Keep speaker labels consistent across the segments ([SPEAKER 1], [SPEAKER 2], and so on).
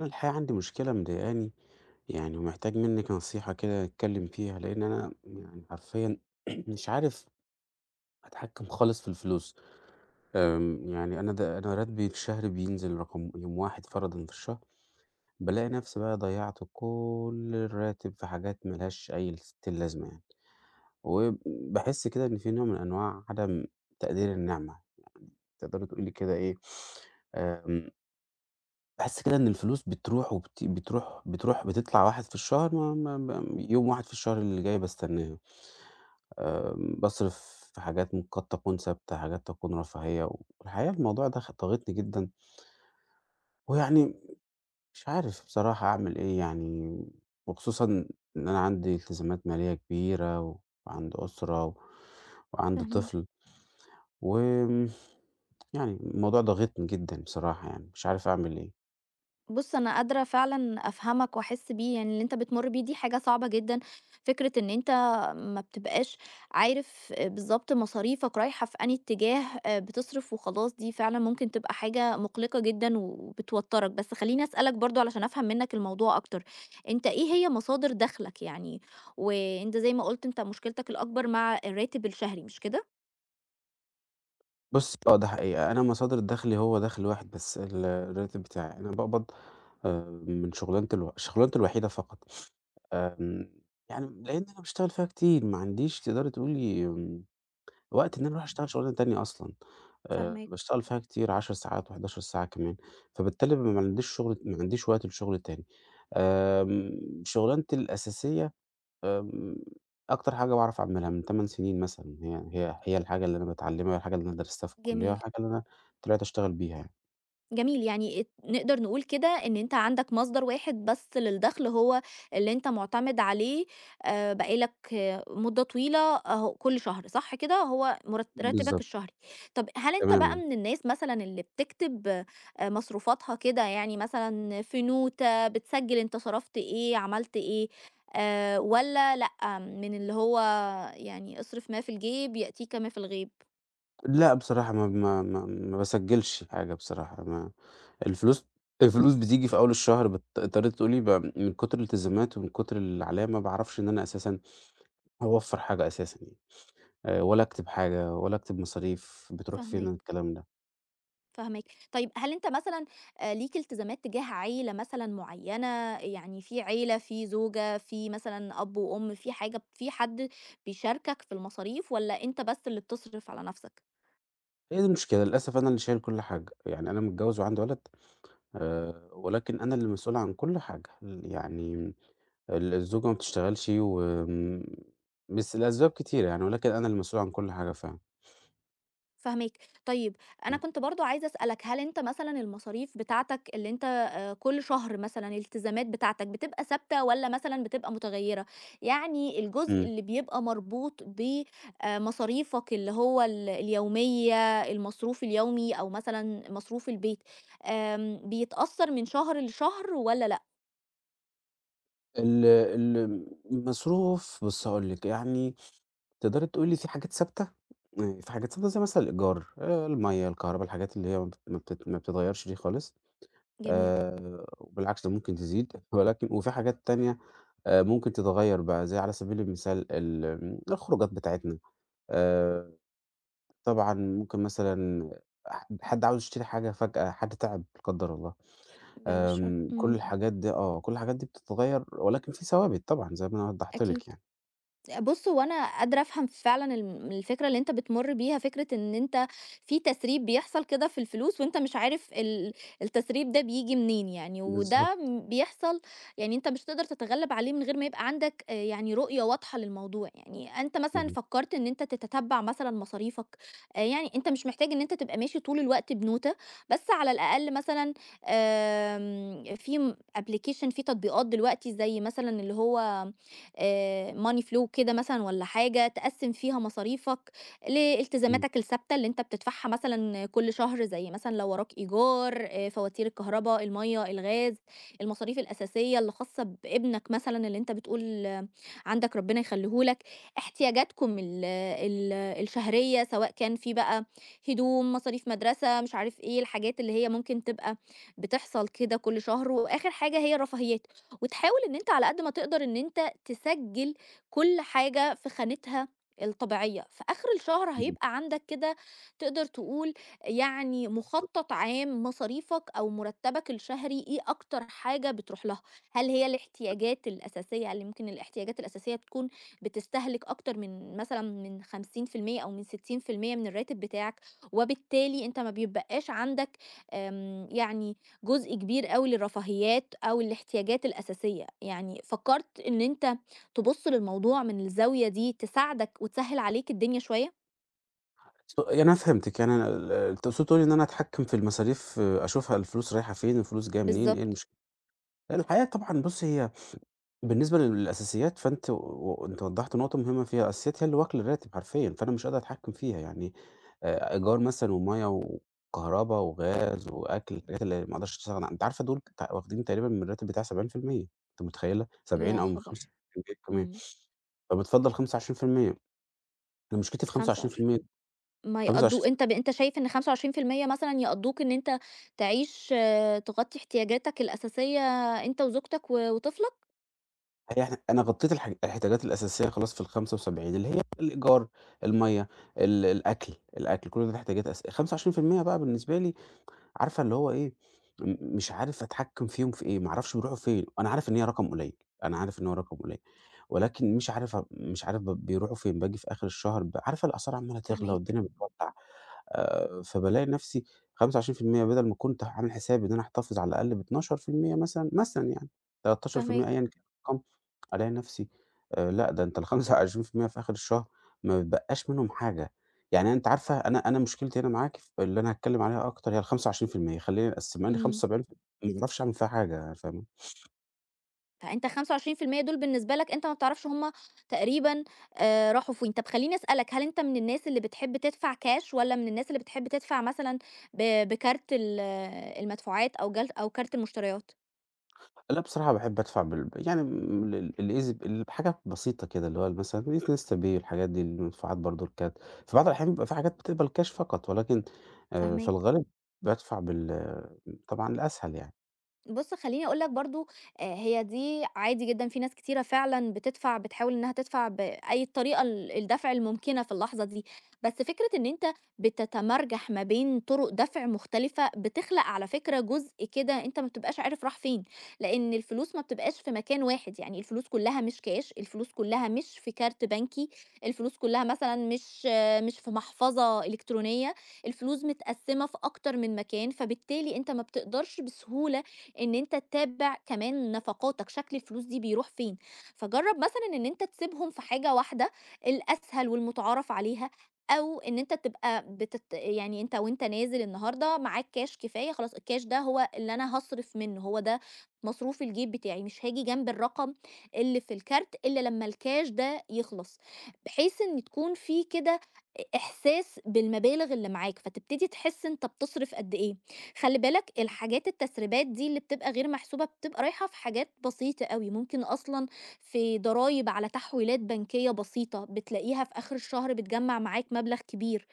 [SPEAKER 1] أنا الحقيقة عندي مشكلة مضايقاني، يعني ومحتاج منِّك نصيحة كده نتكلّم فيها، لإن أنا يعني حرفيًا مش عارف أتحكّم خالص في الفلوس. يعني أنا راتبي الشهري بينزل رقم يوم واحد فرضًا في الشهر، بالاقي نفسي بقى ضيّعت كل الراتب في حاجات ما لهاش أي ستين لازمة يعني، وباحس كده إن في نوع من أنواع عدم تقدير النعمة، تقدري تقولي كده إيه. آمم باحس كده إن الفلوس بتروح وبت بتروح بتروح بتطلع واحد في الشهر، ما ما ب يوم واحد في الشهر اللي جاي باستناه. باصرف في حاجات قد تكون ثابتة، حاجات تكون رفاهية، والحقيقة الموضوع ده ضاغطني جدًا، ويعني مش عارف بصراحة أعمل إيه يعني، وخصوصًا إن أنا عندي التزامات مالية كبيرة، وعندي أسرة، وعندي
[SPEAKER 2] فاهماك.
[SPEAKER 1] طفل، وآمم يعني الموضوع ضاغطني جدًا بصراحة يعني، مش عارف أعمل إيه.
[SPEAKER 2] بُص، أنا قادرة فعلًا أفهمك وأحس بيه، يعني اللي أنت بتمُر بيه دي حاجة صعبة جدًا، فكرة إن أنت ما بتبقاش عارف بالضبط مصاريفك رايحة في أنهي اتجاه، بتصرف وخلاص، دي فعلًا ممكن تبقى حاجة مُقلِقة جدًا وبتوتّرك، بس خلّيني أسألك برضه علشان أفهم منّك الموضوع أكتر، أنت إيه هي مصادر دخلك يعني؟ وأنت زي ما قُلت أنت مشكلتك الأكبر مع الراتب الشهري، مش كده؟
[SPEAKER 1] بُصّي، آه، ده حقيقة. أنا مصدر دخلي هو دخل واحد بس، الراتب بتاعي. أنا باقبض من شغلانتي الوحيدة فقط. آمم، يعني لإن أنا باشتغل فيها كتير، ما عنديش تقدري تقولي، وقت إن أنا أروح أشتغل شغلانة تانية أصلًا.
[SPEAKER 2] فاهماك.
[SPEAKER 1] باشتغل فيها كتير 10 ساعات و11 ساعة كمان، فبالتالي ما عنديش شغل، ما عنديش وقت لشغل تاني. شغلانتي الأساسية، آمم، أكتر حاجة باعرف أعملها من 8 سنين مثلًا، هي الحاجة اللي أنا باتعلمها، الحاجة اللي أنا درستها في الكلية،
[SPEAKER 2] جميل.
[SPEAKER 1] والحاجة اللي أنا طلعت أشتغل بيها يعني.
[SPEAKER 2] جميل، يعني نقدر نقول كده ان انت عندك مصدر واحد بس للدخل، هو اللي انت معتمد عليه آه، بقالك آه، مدة طويلة اهو كل شهر، صح كده؟ هو راتبك
[SPEAKER 1] بالضبط.
[SPEAKER 2] الشهري. طب هل انت بقى
[SPEAKER 1] تمام.
[SPEAKER 2] من الناس مثلا اللي بتكتب آه، مصروفاتها كده، يعني مثلا في نوتة بتسجل انت صرفت ايه عملت ايه آه، ولا لأ، من اللي هو يعني اصرف ما في الجيب يأتيك ما في الغيب؟
[SPEAKER 1] لأ بصراحة ما باسجّلش حاجة بصراحة، ما الفلوس، الفلوس بتيجي في أول الشهر اضطريتِ تقولي ب، من كتر الالتزامات ومن كتر العليا ما باعرفش إن أنا أساسًا أوفّر حاجة أساسًا يعني. ولا أكتب حاجة، ولا أكتب مصاريف بتروح فين
[SPEAKER 2] فهمك.
[SPEAKER 1] الكلام ده.
[SPEAKER 2] فاهماكِ. طيب هل أنت مثلًا ليك التزامات تجاه عيلة مثلًا معيّنة، يعني في عيلة، في زوجة، في مثلًا أب وأم، في حاجة، في حد بيشاركك في المصاريف والّا أنت بس اللي بتصرف على نَفْسك؟
[SPEAKER 1] هي دي المشكلة، للأسف أنا اللي شايل كل حاجة، يعني أنا متجوّز وعندي ولد، ولكن أنا اللي مسؤول عن كل حاجة، ال يعني ال الزوجة ما بتشتغلش، وآمم، بس لأسباب كتيرة يعني، ولكن أنا اللي مسؤول عن كل حاجة فعلًا.
[SPEAKER 2] فاهماك. طيب، أنا
[SPEAKER 1] إمم.
[SPEAKER 2] كنت برضه عايزة أسألك، هل أنت مثلًا المصاريف بتاعتك اللي أنت كل شهر، مثلًا الالتزامات بتاعتك بتبقى ثابتة والّا مثلًا بتبقى متغيّرة؟ يعني الجزء
[SPEAKER 1] إمم.
[SPEAKER 2] اللي بيبقى مربوط ب مصاريفك اللي هو اليومية، المصروف اليومي أو مثلًا مصروف البيت، بيتأثّر من شهر لشهر والّا لأ؟
[SPEAKER 1] ال المصروف بُصّي هاقول لِك، يعني تقدري تقولي في حاجات ثابتة، في حاجات ثابتة زي مثلًا الإيجار، المَيّة، الكهربا، الحاجات اللي هي ما بتتغيّرش دي خالص،
[SPEAKER 2] جميل.
[SPEAKER 1] وبالعكس ده ممكن تزيد، ولكن وفي حاجات تانية، ممكن تتغيّر بقى زي على سبيل المثال الخروجات بتاعتنا. آآ طبعًا ممكن مثلًا حد عاوز يشتري حاجة فجأة، حد تعب لا قدّر الله.
[SPEAKER 2] بعد الشر.
[SPEAKER 1] كل
[SPEAKER 2] إمم.
[SPEAKER 1] الحاجات دي آه، كل الحاجات دي بتتغيّر ولكن في ثوابت طبعًا زي ما أنا وضّحت
[SPEAKER 2] أكيد.
[SPEAKER 1] لِك يعني.
[SPEAKER 2] بُص، هو أنا قادرة أفهم فعلًا الفكرة اللي أنت بتمُر بيها، فكرة إن أنت في تسريب بيحصل كده في الفلوس، وأنت مش عارف التسريب ده بييجي منين يعني، وده
[SPEAKER 1] بالضبط.
[SPEAKER 2] بيحصل، يعني أنت مش هتقدر تتغلب عليه من غير ما يبقى عندك يعني رؤية واضحة للموضوع. يعني أنت مثلًا
[SPEAKER 1] اهم.
[SPEAKER 2] فكرت إن أنت تتتبع مثلًا مصاريفك، يعني أنت مش محتاج إن أنت تبقى ماشي طول الوقت بنوتة، بس على الأقل مثلًا في application، في تطبيقات دلوقتي زي مثلًا اللي هو money flow كده مثلًا والّا حاجة، تقسّم فيها مصاريفك
[SPEAKER 1] إمم.
[SPEAKER 2] لالتزاماتك الثابتة اللي أنت بتدفعها مثلًا كل شهر، زي مثلًا لو وراك إيجار، فواتير الكهربا، المَيّة، الغاز، المصاريف الأساسية اللي خاصة بابنك مثلًا اللي أنت بتقول آه، عندك ربنا يخلّيه لك، احتياجاتكم ال الشهرية، سواء كان في بقى هدوم، مصاريف مدرسة، مش عارف إيه، الحاجات اللي هي ممكن تبقى بتحصل كده كل شهر، وآخر حاجة هي الرفاهيات، وتحاول إن أنت على قد ما تقدر إن أنت هي تسجل كل حاجة في خانتها الطبيعية. في آخر الشهر
[SPEAKER 1] إمم.
[SPEAKER 2] هيبقى عندك كده تقدر تقول يعني مخطط عام مصاريفك أو مرتبك الشهري إيه أكتر حاجة بتروح لها، هل هي الاحتياجات الأساسية؟ اللي ممكن الاحتياجات الأساسية بتكون بتستهلك أكتر من مثلا من 50% أو من 60% من الراتب بتاعك، وبالتالي أنت ما بيبقاش عندك يعني جزء كبير قوي للرفاهيات أو الاحتياجات الأساسية. يعني فكرت إن أنت تبُص للموضوع من الزاوية دي تساعدك وتسهِّل عليك الدنيا شوية؟
[SPEAKER 1] يعني أنا فهمتِك، يعني أنا تقصدي تقولي إن أنا أتحكّم في المصاريف آه، أشوفها الفلوس رايحة فين، الفلوس جاية منين، إيه
[SPEAKER 2] بالضبط.
[SPEAKER 1] المشكلة. الحقيقة طبعًا بُصّي، هي بالنسبة للأساسيات فأنتِ و أنتِ وضّحتِ نقطة مهمة فيها، الأساسيات هي اللي واكلة الراتب حرفيًا، فأنا مش قادر أتحكّم فيها، يعني إيجار مثلًا ومَيّة وكهربا وغاز وأكل، الحاجات اللي ما أقدرش أستغنى عنها، أنتِ عارفة دول واخدين تقريبًا من الراتب بتاعي 70%. أنتِ متخيّلة؟ 70
[SPEAKER 2] يا
[SPEAKER 1] أو من
[SPEAKER 2] خبر!
[SPEAKER 1] 25% كمان،
[SPEAKER 2] إمم.
[SPEAKER 1] فبتفضّل 25%. أنا مشكلتي في
[SPEAKER 2] 25
[SPEAKER 1] 25%،
[SPEAKER 2] ما يقضّوا؟
[SPEAKER 1] 25.
[SPEAKER 2] أنت أنت شايف إن 25% مثلًا يقضّوك إن أنت تعيش آه، تغطّي احتياجاتك الأساسية أنت وزوجتك و وطفلك؟
[SPEAKER 1] هي إحنا أنا غطّيت الاحتياجات الأساسية خلاص في ال75، اللي هي الإيجار، المَيّة، الأكل، الأكل كل ده احتياجات 25% بقى بالنسبة لي، عارفة اللي هو إيه، مش عارف أتحكّم فيهم في إيه، ما أعرفش بيروحوا فين، أنا عارف إن هي رقم قليّل، أنا عارف إن هو رقم قليّل، ولكن مش عارف بيروحوا فين، باجي في آخر الشهر ب، عارفة الأسعار عمّالة تغلى
[SPEAKER 2] فاهماك،
[SPEAKER 1] والدنيا بتولّع. فبالاقي نفسي 25% بدل ما كنت عامل حسابي إن أنا أحتفظ على الأقل ب12% مثلًا، مثلًا يعني 13%
[SPEAKER 2] فاهماك،
[SPEAKER 1] أيًا كان الرقم، ألاقي نفسي، لأ ده أنت ال25% في المية في آخر الشهر ما بيتبقاش منهم حاجة. يعني أنتِ عارفة، أنا مشكلتي هنا معاكِ ف اللي أنا هاتكلم عليها أكتر هي ال25%، خلّينا قسمها لي
[SPEAKER 2] إمم.
[SPEAKER 1] 75%، ما باعرفش أعمل فيها حاجة، فاهمة.
[SPEAKER 2] فأنت 25% دول بالنسبة لك أنت ما بتعرفش هم تقريبًا راحوا فين. طب خلّيني أسألك، هل أنت من الناس اللي بتحب تدفع كاش والّا من الناس اللي بتحب تدفع مثلًا بكارت المدفوعات، أو جل أو كارت المشتريات؟
[SPEAKER 1] لأ بصراحة باحب أدفع بال، يعني ال ال الEasy، الحاجات بسيطة كده، اللي هو مثلًا الinsta pay الحاجات دي، المدفوعات برضه الكارت. في بعض الأحيان بيبقى في حاجات بتقبل كاش فقط، ولكن في
[SPEAKER 2] فاهماك.
[SPEAKER 1] الغالب بادفع بال، طبعًا الأسهل يعني.
[SPEAKER 2] بُص، خلّيني أقول لك برضه، هي دي عادي جدًا، في ناس كتيرة فعلًا بتدفع، بتحاول إنها تدفع بأي الطريقة الدفع الممكنة في اللحظة دي، بس فكرة إن أنت بتتمرجح ما بين طرق دفع مختلفة، بتخلق على فكرة جزء كده أنت ما بتبقاش عارف راح فين، لإن الفلوس ما بتبقاش في مكان واحد، يعني الفلوس كلها مش كاش، الفلوس كلها مش في كارت بنكي، الفلوس كلها مثلًا مش آه، مش في محفظة إلكترونية، الفلوس متقسمة في أكتر من مكان، فبالتالي أنت ما بتقدرش بسهولة إن أنت تتابع كمان نفقاتك، شكل الفلوس دي بيروح فين. فجرّب مثلًا إن أنت تسيبهم في حاجة واحدة، الأسهل والمُتعارف عليها، أو إن أنت تبقى يعني أنت وأنت نازل النهارده معاك كاش كفاية، خلاص الكاش ده هو اللي أنا هاصرف منه، هو ده مصروف الجيب بتاعي، مش هاجي جنب الرقم اللي في الكارت إلا لمّا الكاش ده يخلص، بحيث إن تكون في كده إحساس بالمبالغ اللي معاك، فتبتدي تحس أنت بتصرف قد إيه. خلّي بالك، الحاجات التسريبات دي اللي بتبقى غير محسوبة، بتبقى رايحة في حاجات بسيطة أوي، ممكن أصلًا في ضرايب على تحويلات بنكية بسيطة، بتلاقيها في آخر الشهر بتجمّع معاك مبلغ كبير.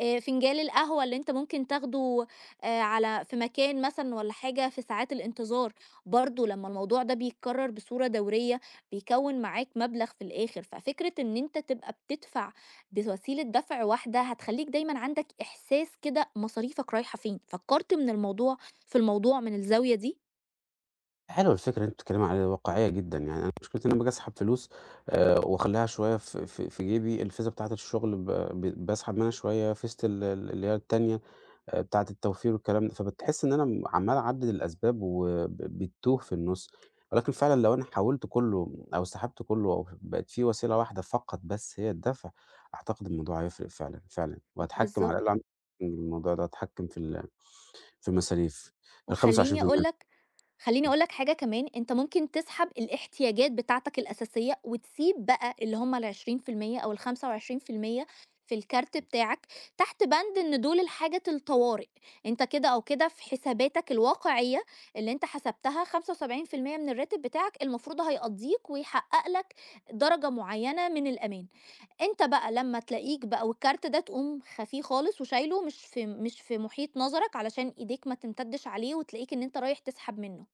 [SPEAKER 2] فنجان القهوة اللي أنت ممكن تاخده على في مكان مثلًا والّا حاجة، في ساعات الانتظار، برضه لمّا الموضوع ده بيتكرر بصورة دورية بيكوّن معاك مبلغ في الآخر، ففكرة إن أنت تبقى بتدفع بوسيلة دفع واحدة هتخلّيك دايمًا عندك إحساس كده مصاريفك رايحة فين. فكّرت من الموضوع في الموضوع من الزاوية دي؟
[SPEAKER 1] حلوة الفكرة اللي أنتِ بتتكلّمي عليها، واقعية جدًا، يعني أنا مشكلتي إن أنا باجي أسحب فلوس وأخلّيها شوية في جيبي، الفيزا بتاعة الشغل ب ب باسحب منها شوية، فيزة ال ال اللي هي التانية، بتاعة التوفير والكلام ده، فبتحس إن أنا عمّال أعدّد الأسباب بتتوه في النُص، ولكن فعلًا لو أنا حوّلت كلّه أو سحبت كلّه أو بقت في وسيلة واحدة فقط بس هي الدفع، أعتقد الموضوع هيفرق فعلًا، فعلًا، وهاتحكّم على الأقل
[SPEAKER 2] بالضبط.
[SPEAKER 1] أعمل الموضوع ده، أتحكّم في في المصاريف،
[SPEAKER 2] وخلّيني أقول
[SPEAKER 1] ال25%.
[SPEAKER 2] لك خلّيني أقول لك حاجة كمان، أنت ممكن تسحب الاحتياجات بتاعتك الأساسية وتسيب بقى اللي هم ال20% أو ال25% في المية في الكارت بتاعك تحت بند إن دول الحاجة الطوارئ، أنت كده أو كده في حساباتك الواقعية اللي أنت حسبتها 75% من الراتب بتاعك، المفروض هيقضّيك ويحقق لك درجة معيّنة من الأمان. أنت بقى لمّا تلاقيك بقى والكارت ده تقوم خافيه خالص وشايله، مش في محيط نظرك، علشان إيديك ما تمتدش عليه وتلاقيك إن أنت رايح تسحب منّه.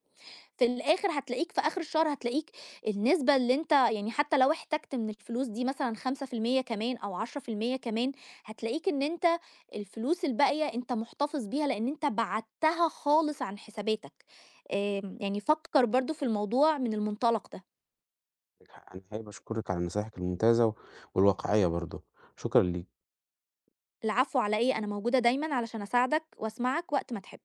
[SPEAKER 2] في الآخر هتلاقيك، في آخر الشهر النسبة اللي أنت يعني حتى لو احتجت من الفلوس دي مثلًا 5% كمان أو 10% كمان، هتلاقيك إن أنت الفلوس الباقية أنت محتفظ بيها لإن أنت بعدتها خالص عن حساباتك. آمم، يعني فكّر برضه في الموضوع من المنطلق ده.
[SPEAKER 1] عندك حق. أنا حابب أشكرِك على نصايحِك الممتازة والواقعية برضه، شكرًا ليكِ.
[SPEAKER 2] العفو، على إيه؟ أنا موجودة دايمًا علشان أساعدك وأسمعك وقت ما تحب.